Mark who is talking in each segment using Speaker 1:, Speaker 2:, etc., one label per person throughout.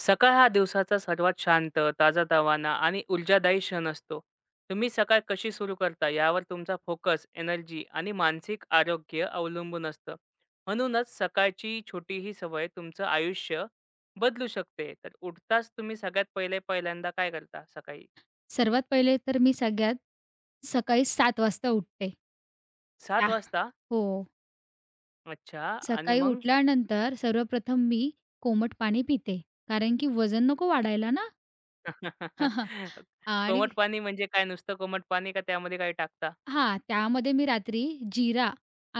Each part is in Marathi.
Speaker 1: सकाळ हा दिवसाचा सर्वात शांत, ताजातवाना आणि ऊर्जादायी क्षण असतो. तुम्ही सकाळ कशी सुरू करता यावर तुमचा फोकस, एनर्जी आणि मानसिक आरोग्य अवलंबून असतं. म्हणूनच सकाळची छोटी ही सवय तुमचं आयुष्य बदलू शकते. तर उठताच तुम्ही सगळ्यात पहिले पहिल्यांदा काय करता सकाळी?
Speaker 2: सर्वात पहिले तर मी सगळ्यात सकाळी 7:00 वाजता उठते.
Speaker 1: 7:00
Speaker 2: क्या?
Speaker 1: वाजता?
Speaker 2: हो.
Speaker 1: अच्छा आणि
Speaker 2: सकाळी
Speaker 1: मग?
Speaker 2: उठल्यानंतर सर्वप्रथम मी कोमट पाणी पिते. कारण की वजन नको वाढायला ना. आणि
Speaker 1: कोमट पाणी म्हणजे काय नुसतं कोमट पाणी का त्यामध्ये काही टाकता?
Speaker 2: हां, त्यामध्ये मी रात्री जिरा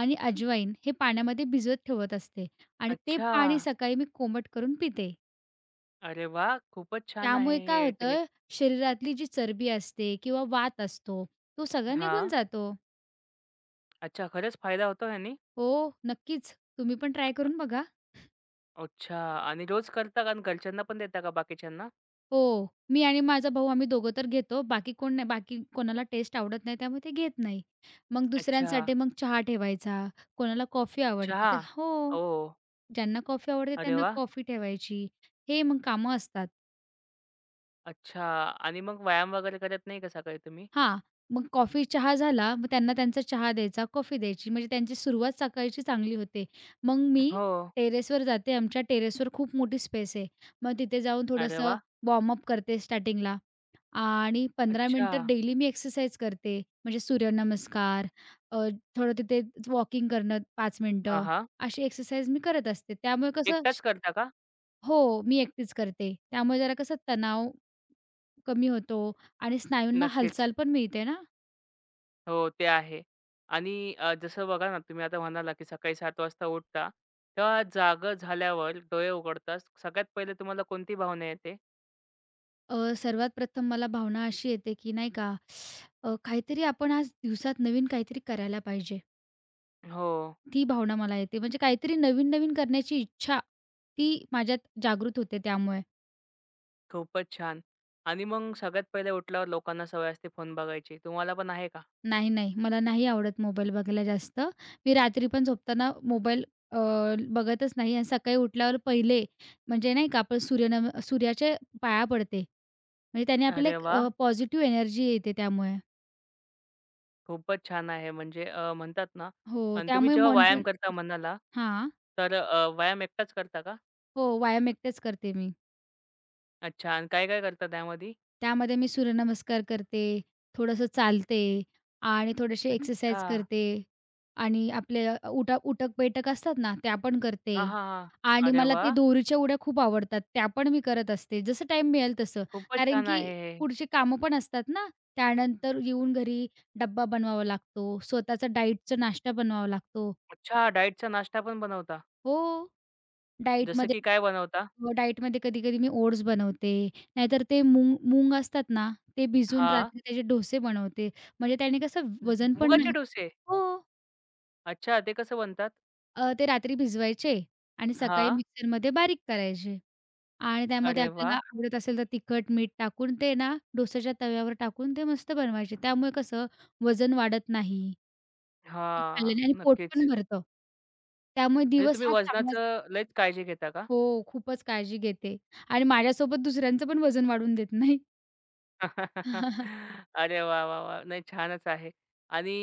Speaker 2: आणि अजवाईन हे पाण्यामध्ये भिजवत ठेवत असते आणि ते
Speaker 1: अच्छा.
Speaker 2: पाणी सकाळी मी कोमट करून पिते.
Speaker 1: अरे वाह! खूपच छान आहे
Speaker 2: त्यामुळे काय
Speaker 1: हे ट्रिक.
Speaker 2: होतं, शरीरातली जी चरबी असते किंवा वात असतो, तो सगळा निघून
Speaker 1: हां.
Speaker 2: जातो.
Speaker 1: अच्छा, खरंच फायदा होतो ह्यानी?
Speaker 2: हो, नक्कीच. तुम्ही पण ट्राय
Speaker 1: अ,
Speaker 2: करून बघा.
Speaker 1: अच्छा आणि रोज करता का आणि घरच्यांना पण देता का बाकीच्यांना?
Speaker 2: हो. मी आणि माझा भाऊ आम्ही दोघं तर घेतो. बाकी कोण नाही. बाकी कोणाला टेस्ट आवडत नाही त्यामुळे ते घेत नाही. मग
Speaker 1: अच्छा.
Speaker 2: दुसऱ्यांसाठी मग चहा ठेवायचा, कोणाला कॉफी आवडते
Speaker 1: चहा?
Speaker 2: तर हो.
Speaker 1: ओह!
Speaker 2: ज्यांना कॉफी आवडते
Speaker 1: अरे
Speaker 2: त्यांना
Speaker 1: वाह!
Speaker 2: कॉफी ठेवायची. हे मग कामं असतात.
Speaker 1: अच्छा आणि मग व्यायाम वगैरे करत नाही का सकाळी तुम्ही?
Speaker 2: हां, मग कॉफी चहा झाला, मग त्यांना त्यांचा चहा द्यायचा, कॉफी द्यायची म्हणजे त्यांची सुरुवात सकाळची चांगली होते. मग मी
Speaker 1: हो.
Speaker 2: टेरेसवर जाते. आमच्या टेरेसवर खूप मोठी स्पेस आहे. मग तिथे जाऊन
Speaker 1: अरे
Speaker 2: थोडंसं
Speaker 1: वाह!
Speaker 2: वॉर्मअप करते स्टार्टिंगला. आणि 15
Speaker 1: अच्छा.
Speaker 2: मिनिटं डेली मी एक्सरसाइज करते. म्हणजे सूर्यनमस्कार, अ, थोडं तिथे वॉकिंग करणं पाच
Speaker 1: हां,
Speaker 2: मिनिटं,
Speaker 1: हां.
Speaker 2: अशी एक्सरसाइज मी करत असते. त्यामुळे कसं
Speaker 1: एकटाच करता का?
Speaker 2: हो, मी एकटीच करते. त्यामुळे जरा कसं तणाव कमी होतो आणि स्नायूंना
Speaker 1: नक्कीच.
Speaker 2: हालचाल पण मिळते ना.
Speaker 1: हो, ते आहे. आणि जसं बघा ना, तुम्ही आता म्हणाला की सकाळी 7:00 वाजता उठता, तेव्हा जागं झाल्यावर डोळे उघडताच सगळ्यात पहिले तुम्हाला कोणती भावना येते?
Speaker 2: सर्वात प्रथम मला भावना अशी येते, की नाही का काहीतरी आपण आज दिवसात नवीन काहीतरी करायला पाहिजे.
Speaker 1: हो.
Speaker 2: ती भावना मला येते. म्हणजे काहीतरी नवीन-नवीन करण्याची इच्छा, ती माझ्यात जागृत होते त्यामुळे.
Speaker 1: खूपच छान. आणि मग सगळ्यात पहिले उठल्यावर लोकांना सवय असते फोन बघायची. तुम्हाला पण आहे का?
Speaker 2: नाही, नाही. मला नाही आवडत मोबाईल बघायला जास्त. मी रात्री पण झोपताना मोबाईल अ, बघतच नाही आणि सकाळी उठल्यावर पहिले म्हणजे नाही का आपण सूर्याच्या पाया पडते. म्हणजे त्याने आपल्याला
Speaker 1: अरे वा,
Speaker 2: एक पॉझिटिव्ह एनर्जी येते त्यामुळे.
Speaker 1: खूपच छान आहे. म्हणजे म्हणतात ना
Speaker 2: हो,
Speaker 1: आणि तुम्ही
Speaker 2: त्यामुळे
Speaker 1: जेव्हा
Speaker 2: मन
Speaker 1: व्यायाम
Speaker 2: पण
Speaker 1: करता मनाला,
Speaker 2: हां.
Speaker 1: तर व्यायाम एकटाच करता का?
Speaker 2: हो, व्यायाम एकटेच करते मी.
Speaker 1: अच्छा आणि काय-काय करता त्यामध्ये?
Speaker 2: त्यामध्ये मी सूर्यनमस्कार करते, थोडंसं चालते आणि थोडीशी
Speaker 1: अच्छा.
Speaker 2: एक्सरसाइज करते आणि आपले उटक-बैठक असतात ना, त्या पण करते
Speaker 1: हां, हां, हां.
Speaker 2: आणि
Speaker 1: अरे
Speaker 2: मला ते
Speaker 1: वाह!
Speaker 2: दोरीच्या उड्या खूप आवडतात. त्या पण मी करत असते, जसं टाईम मिळेल तसं.
Speaker 1: खूपच
Speaker 2: कारण
Speaker 1: छान
Speaker 2: की
Speaker 1: आहे हे.
Speaker 2: पुढची कामं पण असतात ना, त्यानंतर येऊन घरी डब्बा बनवावा लागतो, स्वतःचा डाएटचा नाश्ता बनवावा लागतो.
Speaker 1: अच्छा डाएटचा नाश्ता पण बनवता.
Speaker 2: हो,
Speaker 1: जसं
Speaker 2: डाएटमध्ये
Speaker 1: की काय बनवता?
Speaker 2: डाएटमध्ये कधी-कधी मी ओट्स बनवते, नाहीतर ते मूंग मूंग असतात ना, ते भिजवून
Speaker 1: हां.
Speaker 2: रात्री त्याचे डोसे बनवते. म्हणजे त्याने कसं वजन पण
Speaker 1: मुगाचे
Speaker 2: नाही
Speaker 1: डोसे.
Speaker 2: हो.
Speaker 1: अच्छा ते कसं बनतात?
Speaker 2: ते रात्री भिजवायचे आणि सकाळी
Speaker 1: हां.
Speaker 2: मिक्सरमध्ये बारीक करायचे आणि त्यामध्ये
Speaker 1: अरे
Speaker 2: आपल्याला
Speaker 1: वाह!
Speaker 2: आवडत असेल तर तिखट, मीठ टाकून ते ना डोश्याच्या तव्यावर टाकून ते मस्त बनवायचे. त्यामुळे कसं वजन वाढत नाही, ते
Speaker 1: हां.
Speaker 2: खाल्ल्याने आणि पोट पण
Speaker 1: नक्कीच.
Speaker 2: भरतं. त्यामुळे
Speaker 1: म्हणजे
Speaker 2: दिवस
Speaker 1: तुम्ही
Speaker 2: हा चांगला जातो.
Speaker 1: वजनाचं लयच काळजी घेता का?
Speaker 2: हो, खूपच काळजी घेते आणि माझ्यासोबत दुसऱ्यांचं पण वजन वाढवून देत नाही.
Speaker 1: अरे वाह, वाह, वाह! नाही छानच आहे. आणि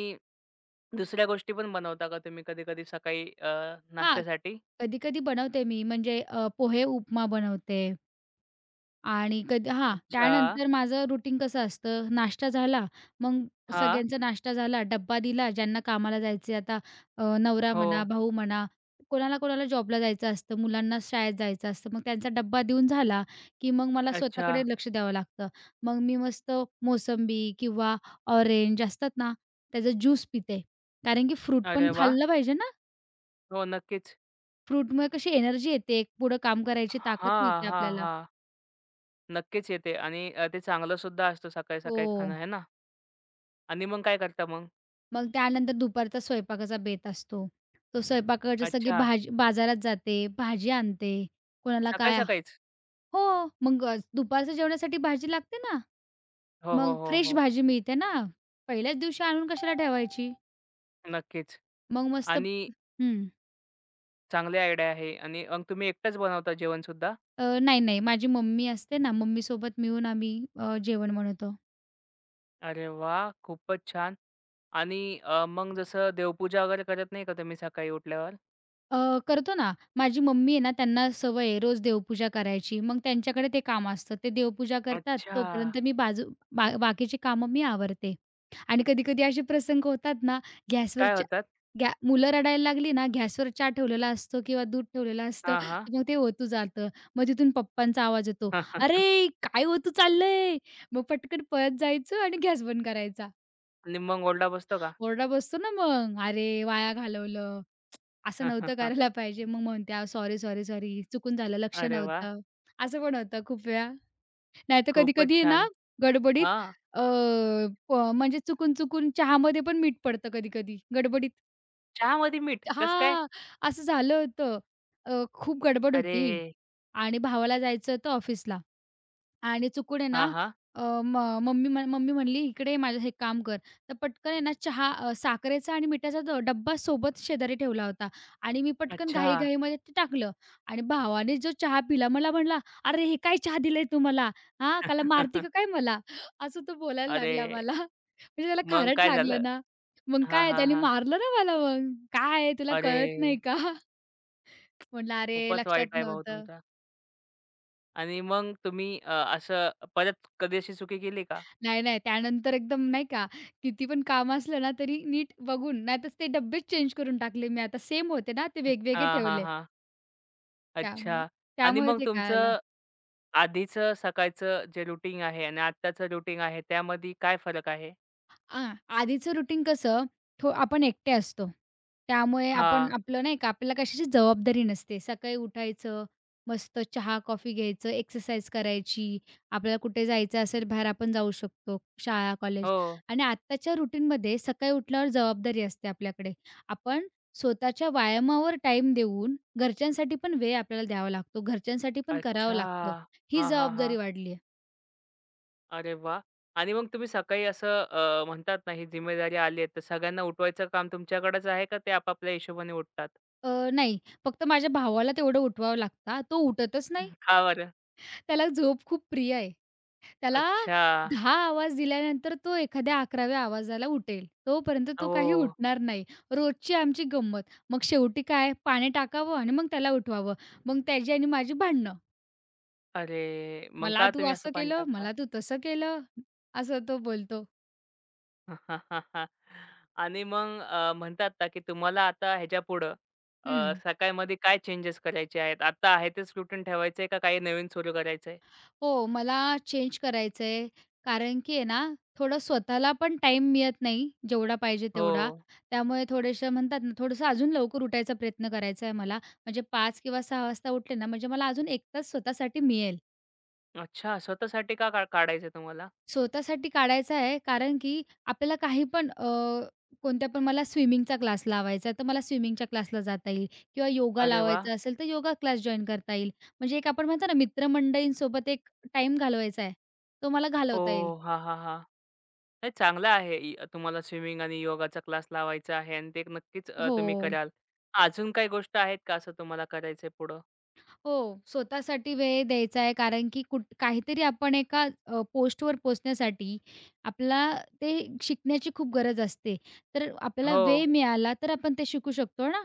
Speaker 1: दुसऱ्या गोष्टी पण बनवता का तुम्ही कधी-कधी सकाळी
Speaker 2: हां,
Speaker 1: नाश्त्यासाठी?
Speaker 2: कधी-कधी बनवते मी म्हणजे पोहे उपमा बनवते आणि कधी हां,
Speaker 1: अच्छा.
Speaker 2: त्यानंतर माझं रुटीन कसं असतं, नाश्ता झाला, मग
Speaker 1: हां.
Speaker 2: सगळ्यांचा नाश्ता झाला, डब्बा दिला, ज्यांना कामाला जायचे आता नवरा
Speaker 1: हो.
Speaker 2: म्हणा, भाऊ म्हणा, कोणाला कोणाला जॉबला जायचं असतं, मुलांना शाळेत जायचं असतं. मग त्यांचा डब्बा देऊन झाला, की मग मला
Speaker 1: अच्छा.
Speaker 2: स्वतःकडे लक्ष द्यावं लागतं. मग मी मस्त मोसंबी किंवा ऑरेंज असतात ना, त्याचा ज्यूस पिते. कारण की फ्रूट पण
Speaker 1: अरे वाह!
Speaker 2: खाल्लं पाहिजे ना.
Speaker 1: हो, नक्कीच.
Speaker 2: फ्रूटमुळे कशी एनर्जी येते, पुढं काम करायची ताकद
Speaker 1: हां,
Speaker 2: मिळते
Speaker 1: हां,
Speaker 2: आपल्याला.
Speaker 1: हां. नक्कीच येते आणि ते चांगलं सुद्धा असतं
Speaker 2: हो.
Speaker 1: सकाळी-सकाळी खाणं आहे ना? आणि मग काय करता मग?
Speaker 2: मग त्यानंतर दुपारचा स्वयंपाकाचा बेत असतो. तो स्वयंपाकाची सगळी
Speaker 1: अच्छा.
Speaker 2: भाजी बाजारात जाते, भाजी आणते. कोणाला काय
Speaker 1: सकाळी-सकाळीच?
Speaker 2: हो, मग दुपारच्या जेवणासाठी भाजी लागते ना.
Speaker 1: हो, हो,
Speaker 2: मग
Speaker 1: हो,
Speaker 2: फ्रेश
Speaker 1: हो.
Speaker 2: भाजी मिळते ना. पहिल्याच दिवशी आणून कशाला ठेवायची?
Speaker 1: नक्कीच.
Speaker 2: मग मस्त
Speaker 1: आणि
Speaker 2: हं.
Speaker 1: चांगली आयडिया आहे आणि मग तुम्ही एकटाच बनवता जेवण सुद्धा?
Speaker 2: नाही, नाही. माझी मम्मी असते ना, मम्मीसोबत मिळून आम्ही जेवण बनवतो.
Speaker 1: अरे वाह! खूपच छान. आणि मग जसं देवपूजा वगैरे करत नाही का तुम्ही सकाळी उठल्यावर?
Speaker 2: करतो ना. माझी मम्मी आहे ना, त्यांना सवय आहे रोज देवपूजा करायची. मग त्यांच्याकडे ते काम असतं. ते देवपूजा करतात,
Speaker 1: अच्छा.
Speaker 2: तोपर्यंत मी बाजू बा बाकीची कामं मी आवरते. आणि कधी-कधी असे प्रसंग होतात ना, गॅसवर
Speaker 1: काय
Speaker 2: चा
Speaker 1: होतात?
Speaker 2: गॅ मुलं रडायला लागली ना, गॅसवर चहा ठेवलेला असतो किंवा दूध ठेवलेलं असतं,
Speaker 1: हां, हां.
Speaker 2: तर मग ते ओतू जातं. मग तिथून पप्पांचा आवाज येतो, "अरे, काय ओतू चाललंय?" मग पटकन पळत जायचं आणि गॅस बंद करायचा.
Speaker 1: आणि मग ओरडा बसतो का?
Speaker 2: ओरडा बसतो ना मग, "अरे, वाया घालवलं." असं नव्हतं करायला पाहिजे. मग म्हणत्या, "सॉरी, सॉरी, सॉरी, चुकून झालं, लक्ष
Speaker 1: अरे वाह!
Speaker 2: नव्हतं." असं पण होतं खूप वेळा. नाहीतर
Speaker 1: खूपच
Speaker 2: कधी-कधी आहे ना,
Speaker 1: छान.
Speaker 2: गडबडीत
Speaker 1: हां.
Speaker 2: अ, प म्हणजे चुकून-चुकून चहामध्ये पण मीठ पडतं कधी-कधी गडबडीत.
Speaker 1: चहामध्ये मीठ? कस काय?
Speaker 2: हां, असं झालं होतं. खूप गडबड होती
Speaker 1: अरे!
Speaker 2: आणि भावाला जायचं होतं ऑफिसला. आणि चुकून आहे
Speaker 1: हां,
Speaker 2: ना
Speaker 1: हां.
Speaker 2: अ, म मम्मी म्ह मम्मी म्हणली, "इकडे ये माझं हे काम कर." तर पटकन आहे ना चहा साखरेचा आणि मिठाचा डब्बा सोबत शेजारी ठेवला होता आणि मी पटकन
Speaker 1: अच्छा.
Speaker 2: घाईघाईमध्ये ते टाकलं आणि भावाने जो चहा पिला मला म्हणला, "अरे, हे काय चहा दिलाय तू मला? हां, त्याला मारती का काय मला?" असं तो बोलायला
Speaker 1: अरे!
Speaker 2: लागला मला. म्हणजे त्याला
Speaker 1: मग
Speaker 2: खारट
Speaker 1: काय झालं?
Speaker 2: लागलं ना. मग
Speaker 1: हां,
Speaker 2: काय
Speaker 1: हां,
Speaker 2: त्याने
Speaker 1: हां.
Speaker 2: मारलं ना मला मग. "काय, तुला
Speaker 1: अरे!
Speaker 2: कळत नाही का?" म्हटलं, "अरे,
Speaker 1: खूपच
Speaker 2: लक्षात
Speaker 1: वाईट आहे भाऊ
Speaker 2: नव्हतं."
Speaker 1: तुमचा. आणि मग तुम्ही असं परत कधी अशी चुकी केली का?
Speaker 2: नाही, नाही. त्यानंतर एकदम नाही का, किती पण काम असलं ना, तरी नीट बघून नाहीतर ते डब्बेच चेंज करून टाकले मी. आता सेम होते ना, ते वेगवेगळे
Speaker 1: हां, हां,
Speaker 2: ठेवले.
Speaker 1: हां.
Speaker 2: त्यामुळे
Speaker 1: अच्छा. आणि
Speaker 2: त्यामुळे
Speaker 1: मग
Speaker 2: ते कळालं.
Speaker 1: तुमचं आधीचं सकाळचं जे रुटीन आहे आणि आत्ताचं रुटीन आहे त्यामध्ये काय फरक आहे?
Speaker 2: आधीचं रुटीन कसं थो आपण एकटे असतो. त्यामुळे आपण
Speaker 1: हां.
Speaker 2: आपलं नाही का आपल्याला कशाची जबाबदारी नसते. सकाळी उठायचं, मस्त चहा-कॉफी घ्यायचं, एक्सरसाइज करायची. आपल्याला कुठे जायचं असेल बाहेर आपण जाऊ शकतो, शाळा, कॉलेज.
Speaker 1: हो.
Speaker 2: आणि आत्ताच्या रुटीनमध्ये सकाळी उठल्यावर जबाबदारी असते आपल्याकडे. आपण स्वतःच्या व्यायामावर टाईम देऊन घरच्यांसाठी पण वेळ आपल्याला द्यावा लागतो. घरच्यांसाठी पण करावं
Speaker 1: अच्छा.
Speaker 2: लागतं. ही
Speaker 1: हां, हां, हां.
Speaker 2: जबाबदारी वाढली आहे.
Speaker 1: अरे वाह! आणि मग तुम्ही सकाळी असं म्हणतात ना ही जिम्मेदारी आली आहे, तर सगळ्यांना उठवायचं काम तुमच्याकडेच आहे का ते आपापल्या हिशोबाने उठतात?
Speaker 2: अ, नाही, फक्त माझ्या भावाला तेवढं उठवावं लागतं. तो उठतच नाही.
Speaker 1: का बरं?
Speaker 2: त्याला झोप खूप प्रिय आहे. त्याला
Speaker 1: अच्छा.
Speaker 2: 10 आवाज दिल्यानंतर तो एखाद्या 11व्या आवाजाला उठेल. तोपर्यंत तो काही
Speaker 1: हो.
Speaker 2: उठणार नाही. रोजची आमची गंमत. मग शेवटी काय पाणी टाकावं आणि मग त्याला उठवावं. मग त्याची आणि माझी भांडणं.
Speaker 1: अरे! मग
Speaker 2: "मला
Speaker 1: का
Speaker 2: तू
Speaker 1: तुम्ही असं
Speaker 2: असं
Speaker 1: पण
Speaker 2: केलं,
Speaker 1: टाकता?
Speaker 2: मला तू तसं केलं." असं तो बोलतो.
Speaker 1: आणि मग म्हणतात ना, की तुम्हाला आता ह्याच्यापुढं
Speaker 2: हं.
Speaker 1: सकाळमध्ये काय चेंजेस करायचे आहेत? आता आहे तेच रुटीन ठेवायचंय का काही नवीन सुरू करायचंय?
Speaker 2: हो, मला चेंज करायचंय. कारण की आहे ना, थोडं स्वतःला पण टाईम मिळत नाही, जेवढा पाहिजे तेवढा.
Speaker 1: हो.
Speaker 2: त्यामुळे थोडेसे म्हणतात ना, थोडंसं अजून लवकर उठायचा प्रयत्न करायचा आहे मला. म्हणजे 5 किंवा 6 वाजता उठले ना, म्हणजे मला अजून 1 तास स्वतःसाठी मिळेल.
Speaker 1: अच्छा, स्वतःसाठी का का काढायचंय तुम्हाला?
Speaker 2: स्वतःसाठी काढायचा आहे, कारण की आपल्याला काही पण कोणत्या पण मला स्विमिंगचा क्लास लावायचा आहे, तर मला स्विमिंगच्या क्लासला जाता येईल किंवा योगा
Speaker 1: अरे वाह!
Speaker 2: लावायचा असेल, तर योगा क्लास जॉइन करता येईल. म्हणजे एक आपण म्हणतो ना, मित्रमंडळींसोबत एक टाईम घालवायचा आहे, तो मला घालवता येईल.
Speaker 1: ओह! हां, हां, हां. नाही चांगलं आहे. इ तुम्हाला स्विमिंग आणि योगाचा क्लास लावायचा आहे आणि ते एक नक्कीच
Speaker 2: हो,
Speaker 1: तुम्ही कराल. अजून काही गोष्ट आहेत का असं तुम्हाला करायचंय पुढं?
Speaker 2: हो. स्वतःसाठी वेळ द्यायचा आहे कारण की काहीतरी आपण एका पोस्टवर पोहोचण्यासाठी आपला ते शिकण्याची खूप गरज असते. तर आपल्याला वेळ
Speaker 1: हो,
Speaker 2: मिळाला तर आपण ते शिकू शकतो ना.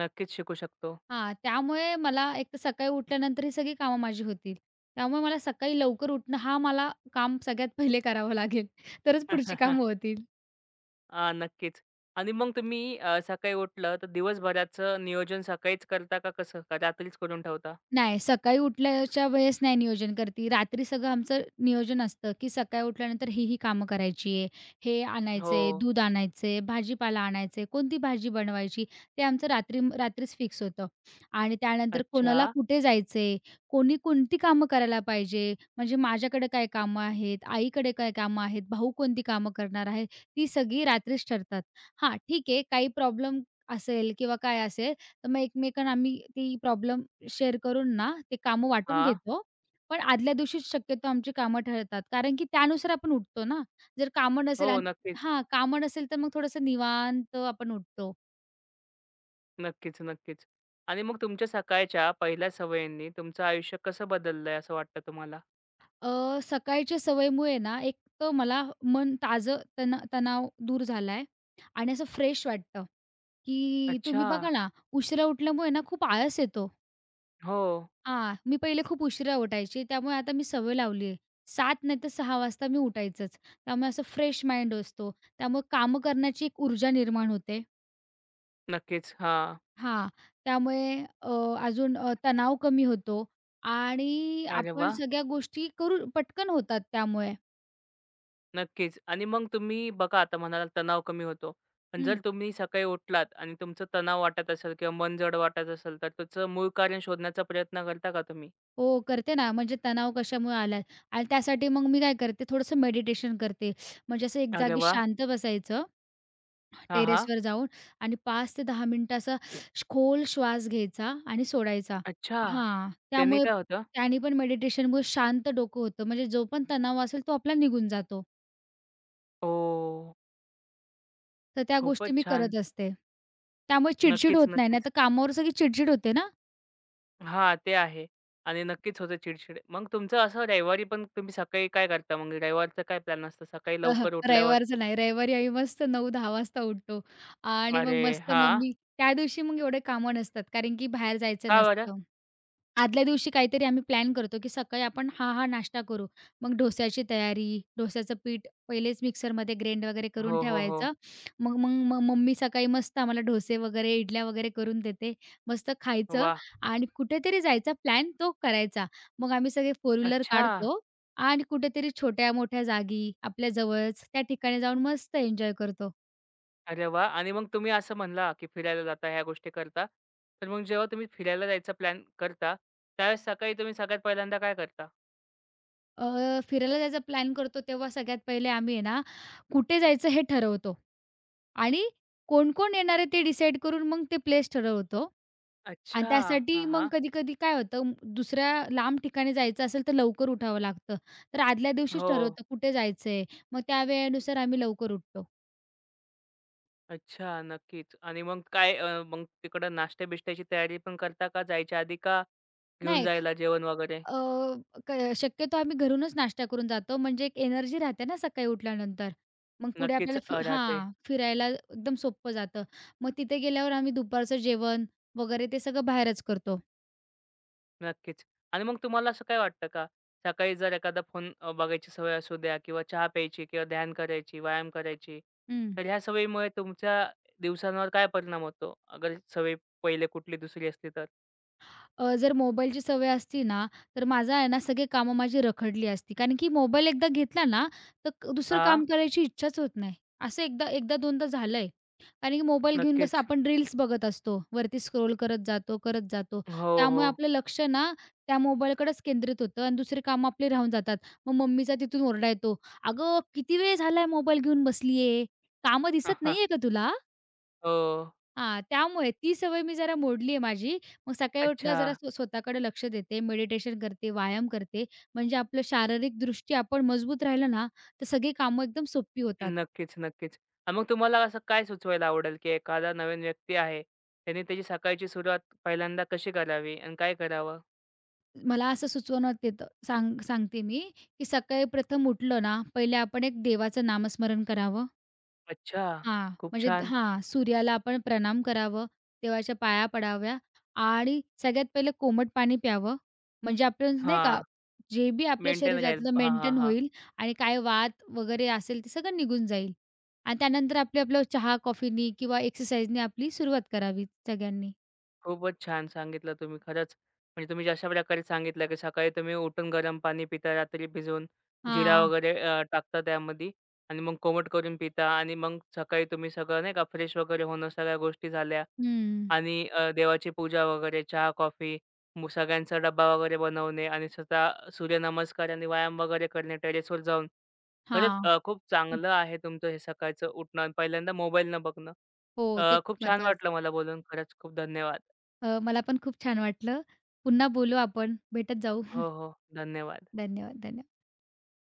Speaker 1: नक्कीच शिकू शकतो.
Speaker 2: हां, त्यामुळे मला एक तर सकाळी उठल्यानंतर ही सगळी कामं माझी होतील. त्यामुळे मला सकाळी लवकर उठणं हा मला काम सगळ्यात पहिले करावं लागेल. तरच पुढची कामं होतील.
Speaker 1: आ, नक्कीच. आणि मग तुम्ही सकाळी उठलं तर दिवसभराचं नियोजन सकाळीच करता का कसं? का रात्रीच करून ठेवता?
Speaker 2: नाही, सकाळी उठल्याच्या वेळेस नाही नियोजन करते. रात्री सगळं आमचं नियोजन असतं, की सकाळी उठल्यानंतर ही कामं करायची आहे. हे आणायचं
Speaker 1: हो.
Speaker 2: आहे, दूध आणायचं भाजीपाला आणायचं कोणती भाजी बनवायची ते आमचं रात्रीच फिक्स होतं. आणि त्यानंतर
Speaker 1: अच्छा.
Speaker 2: कोणाला कुठे जायचं कोणी कोणती कामं करायला पाहिजे, म्हणजे माझ्याकडे काय कामं आहेत, आईकडे काय कामं आहेत, भाऊ कोणती कामं करणार आहे, ती सगळी रात्रीच ठरतात. हां, ठीक आहे काही प्रॉब्लेम असेल किंवा काय असेल, तर मग एकमेकांना आम्ही ती प्रॉब्लेम शेअर करून ना, ते कामं वाटून
Speaker 1: हां.
Speaker 2: घेतो. पण आदल्या दिवशीच शक्यतो आमची कामं ठरतात. कारण की त्यानुसार आपण उठतो ना. जर कामं नसेल
Speaker 1: हो.
Speaker 2: आणि
Speaker 1: नक्कीच.
Speaker 2: हां, कामं नसेल तर मग थोडंसं निवांत आपण उठतो.
Speaker 1: नक्कीच, नक्कीच. आणि मग तुमच्या सकाळच्या पहिल्या सवयींनी तुमचं आयुष्य कसं बदललंय असं वाटतं तुम्हाला?
Speaker 2: सकाळच्या सवयीमुळे ना, एक तर मला मन ताजं तणाव दूर झालाय आणि असं फ्रेश वाटतं, की तुम्ही
Speaker 1: अच्छा.
Speaker 2: बघा ना, उशिरा उठल्यामुळे ना खूप आळस येतो.
Speaker 1: हो.
Speaker 2: हां, मी पहिले खूप उशिरा उठायची. त्यामुळे आता मी सवय लावली आहे. 7 नाही तर 6 वाजता मी उठायचंच. त्यामुळे असं फ्रेश माइंड असतो. त्यामुळे कामं करण्याची एक ऊर्जा निर्माण होते.
Speaker 1: नक्कीच. हां.
Speaker 2: हां, त्यामुळे तणाव कमी होतो आणि
Speaker 1: अरे
Speaker 2: आपण
Speaker 1: वाह!
Speaker 2: सगळ्या गोष्टी करू पटकन होतात त्यामुळे.
Speaker 1: नक्कीच. आणि मग तुम्ही बघा आता म्हणालात तणाव कमी होतो. पण जर
Speaker 2: हं.
Speaker 1: तुम्ही सकाळी उठलात आणि तुमचं तणाव वाटत असेल किंवा मन जड वाटत असेल, तर त्याचं मूळ कारण शोधण्याचा प्रयत्न करता का तुम्ही?
Speaker 2: हो, करते ना. म्हणजे तणाव कशामुळे आला आणि त्यासाठी मग मी काय करते, थोडंसं मेडिटेशन करते. म्हणजे असं एक
Speaker 1: अरे
Speaker 2: जागी
Speaker 1: वा,
Speaker 2: शांत बसायचं
Speaker 1: हां, हां.
Speaker 2: टेरेसवर जाऊन आणि 5 ते 10 मिनिटं असा खोल श्वास घ्यायचा आणि सोडायचा.
Speaker 1: अच्छा.
Speaker 2: हां,
Speaker 1: त्याने
Speaker 2: त्यामुळे
Speaker 1: काय होतं?
Speaker 2: त्याने पण मेडिटेशनमुळे शांत डोकं होतं. म्हणजे जो पण तणाव असेल तो आपला निघून जातो.
Speaker 1: ओ,
Speaker 2: तर त्या गोष्टी
Speaker 1: खूपच
Speaker 2: मी
Speaker 1: छान.
Speaker 2: करत असते. त्यामुळे चिडचिड
Speaker 1: नक्कीच,
Speaker 2: होत नाही.
Speaker 1: नक्कीच.
Speaker 2: नाहीतर कामावर सगळी चिडचिड होते ना.
Speaker 1: हां, ते आहे आणि नक्कीच होतं चिड-चिड. मग तुमचं असं रविवारी पण तुम्ही सकाळी काय करता मग? रविवारचा काय प्लॅन असतं? सकाळी
Speaker 2: अह,
Speaker 1: लवकर उठल्यावर?
Speaker 2: रविवारचं नाही. रविवारी आम्ही मस्त 9-10 वाजता उठतो आणि मग
Speaker 1: अरे
Speaker 2: मस्त
Speaker 1: हां.
Speaker 2: मम्मी त्या दिवशी मग एवढे कामं नसतात कारण की बाहेर जायचं
Speaker 1: का बरं?
Speaker 2: नसतं. आदल्या दिवशी काहीतरी आम्ही प्लॅन करतो, की सकाळी आपण हा नाश्ता करू. मग डोस्याची तयारी, डोस्याचं पीठ पहिलेच मिक्सरमध्ये ग्रेंड वगैरे करून
Speaker 1: हो, हो, हो.
Speaker 2: ठेवायचं. मग मग मग मम्मी सकाळी मस्त आम्हाला डोसे वगैरे, इडल्या वगैरे करून देते. मस्त खायचं
Speaker 1: वाह!
Speaker 2: आणि कुठेतरी जायचा प्लॅन तो करायचा. मग आम्ही सगळे फोर व्हीलर
Speaker 1: अच्छा.
Speaker 2: काढतो आणि कुठेतरी छोट्या-मोठ्या जागी आपल्या जवळच त्या ठिकाणी जाऊन मस्त एन्जॉय करतो.
Speaker 1: अरे वाह! आणि मग तुम्ही असं म्हणला, की फिरायला जाता, ह्या गोष्टी करता. तर मग जेव्हा तुम्ही फिरायला जायचा प्लॅन करता, त्यावेळेस सकाळी तुम्ही सगळ्यात पहिल्यांदा काय करता?
Speaker 2: फिरायला जायचा प्लॅन करतो तेव्हा सगळ्यात पहिले आम्ही आहे ना, कुठे जायचं हे ठरवतो आणि कोण-कोण येणार आहे ते डिसाईड करून मग ते प्लेस ठरवतो. आणि
Speaker 1: अच्छा.
Speaker 2: त्यासाठी
Speaker 1: हां,
Speaker 2: मग
Speaker 1: हां.
Speaker 2: कधी-कधी काय होतं दुसऱ्या लांब ठिकाणी जायचं असेल तर लवकर उठावं लागतं. तर आदल्या दिवशीच
Speaker 1: हो.
Speaker 2: ठरवतो कुठे जायचंय, मग त्या वेळेनुसार आम्ही लवकर उठतो.
Speaker 1: अच्छा, नक्कीच. आणि मग काय मग तिकडं नाश्त्या-बिष्ट्याची तयारी पण करता का जायच्या आधी का घेऊन
Speaker 2: नाही
Speaker 1: जायला जेवण वगैरे?
Speaker 2: अ, क शक्यतो आम्ही घरूनच नाश्ता करून जातो. म्हणजे एक एनर्जी राहते ना सकाळी उठल्यानंतर. मग पुढे
Speaker 1: नक्कीच
Speaker 2: आपल्याला
Speaker 1: राहते.
Speaker 2: हां, फिरायला एकदम सोपं जातं. मग तिथे गेल्यावर आम्ही दुपारचं जेवण वगैरे ते सगळं बाहेरच करतो.
Speaker 1: नक्कीच. आणि मग तुम्हाला असं काय वाटतं का, सकाळी जर एखादा फोन बघायची सवय असू द्या किंवा चहा प्यायची किंवा ध्यान करायची, व्यायाम करायची,
Speaker 2: हं.
Speaker 1: तर ह्या सवयीमुळे तुमच्या दिवसांवर काय परिणाम होतो? अगर सवय पहिले कुठली दुसरी असली तर?
Speaker 2: जर मोबाईलची सवय असती ना, तर माझं आहे ना सगळी कामं माझी रखडली असती. कारण की मोबाईल एकदा घेतला ना, तर दुसरं
Speaker 1: हां,
Speaker 2: काम करायची इच्छाच होत नाही. असं एकदा एकदा दोनदा झालंय. कारण की मोबाईल घेऊन बस
Speaker 1: नक्कीच.
Speaker 2: आपण रील्स बघत असतो. वरती स्क्रोल करत जातो, करत जातो.
Speaker 1: हो, हो.
Speaker 2: त्यामुळे आपलं लक्ष ना त्या मोबाईलकडेच केंद्रित होतं आणि दुसरी कामं आपली राहून जातात. मग मम्मीचा तिथून ओरडा येतो, "अगं किती वेळ झालाय मोबाईल घेऊन बसली कामं दिसत नाहीये का तुला?"
Speaker 1: हो.
Speaker 2: हां, त्यामुळे ती सवय मी जरा मोडली आहे माझी. मग सकाळी उठल्यावर
Speaker 1: अच्छा.
Speaker 2: जरा स्वतःकडे लक्ष देते, मेडिटेशन करते, व्यायाम करते. म्हणजे आपलं शारीरिकदृष्ट्या आपण मजबूत राहिलं ना, तर सगळी कामं एकदम सोपी होतात.
Speaker 1: नक्कीच, नक्कीच. मग तुम्हाला असं काय सुचवायला आवडेल, की एखादा नवीन व्यक्ती आहे, त्याने त्याची सकाळची सुरुवात पहिल्यांदा कशी करावी आणि काय करावं?
Speaker 2: मला असं सुचवण्यात येतं सांगते मी, की सकाळी प्रथम उठलं ना, पहिले आपण एक देवाचं नामस्मरण करावं.
Speaker 1: अच्छा,
Speaker 2: हां,
Speaker 1: खूप
Speaker 2: म्हणजे
Speaker 1: छान.
Speaker 2: हां, सूर्याला आपण प्रणाम करावं, देवाच्या पाया पडाव्या आणि सगळ्यात पहिलं कोमट पाणी प्यावं. म्हणजे आपण नाही का,
Speaker 1: हां,
Speaker 2: जे बी आपल्या
Speaker 1: मेंटेन राहील.
Speaker 2: शरीरातलं
Speaker 1: हां, हां,
Speaker 2: मेंटेन
Speaker 1: हां.
Speaker 2: होईल आणि काय वात वगैरे असेल ते सगळं निघून जाईल. आणि त्यानंतर आपली आपलं चहा, कॉफीनी किंवा एक्सरसाइजनी आपली सुरुवात करावी सगळ्यांनी.
Speaker 1: खूपच छान सांगितलं तुम्ही खरंच. म्हणजे तुम्ही जशा प्रकारे सांगितलं, की सकाळी तुम्ही उठून गरम पाणी पिता, रात्री भिजवून जिरा
Speaker 2: हां.
Speaker 1: वगैरे टाकता त्यामध्ये आणि मग कोमट करून पिता आणि मग सकाळी तुम्ही सगळं नाही का फ्रेश वगैरे होणं, सगळ्या गोष्टी झाल्या.
Speaker 2: हं.
Speaker 1: आणि देवाची पूजा वगैरे, चहा, कॉफी, मग सगळ्यांचा डब्बा वगैरे बनवणे आणि स्वतः सूर्यनमस्कार आणि व्यायाम वगैरे करणे टेरेसवर जाऊन. खरंच
Speaker 2: हां.
Speaker 1: खूप चांगलं आहे तुमचं हे सकाळचं उठणं आणि पहिल्यांदा मोबाईल न बघणं.
Speaker 2: हो, ते खूप
Speaker 1: खूप छान वाटलं
Speaker 2: महत्वाचं.
Speaker 1: मला बोलून खरंच खूप धन्यवाद.
Speaker 2: मला पण खूप छान वाटलं. पुन्हा बोलू आपण, भेटत जाऊ.
Speaker 1: हो, हो. धन्यवाद.
Speaker 2: धन्यवाद, धन्यवाद.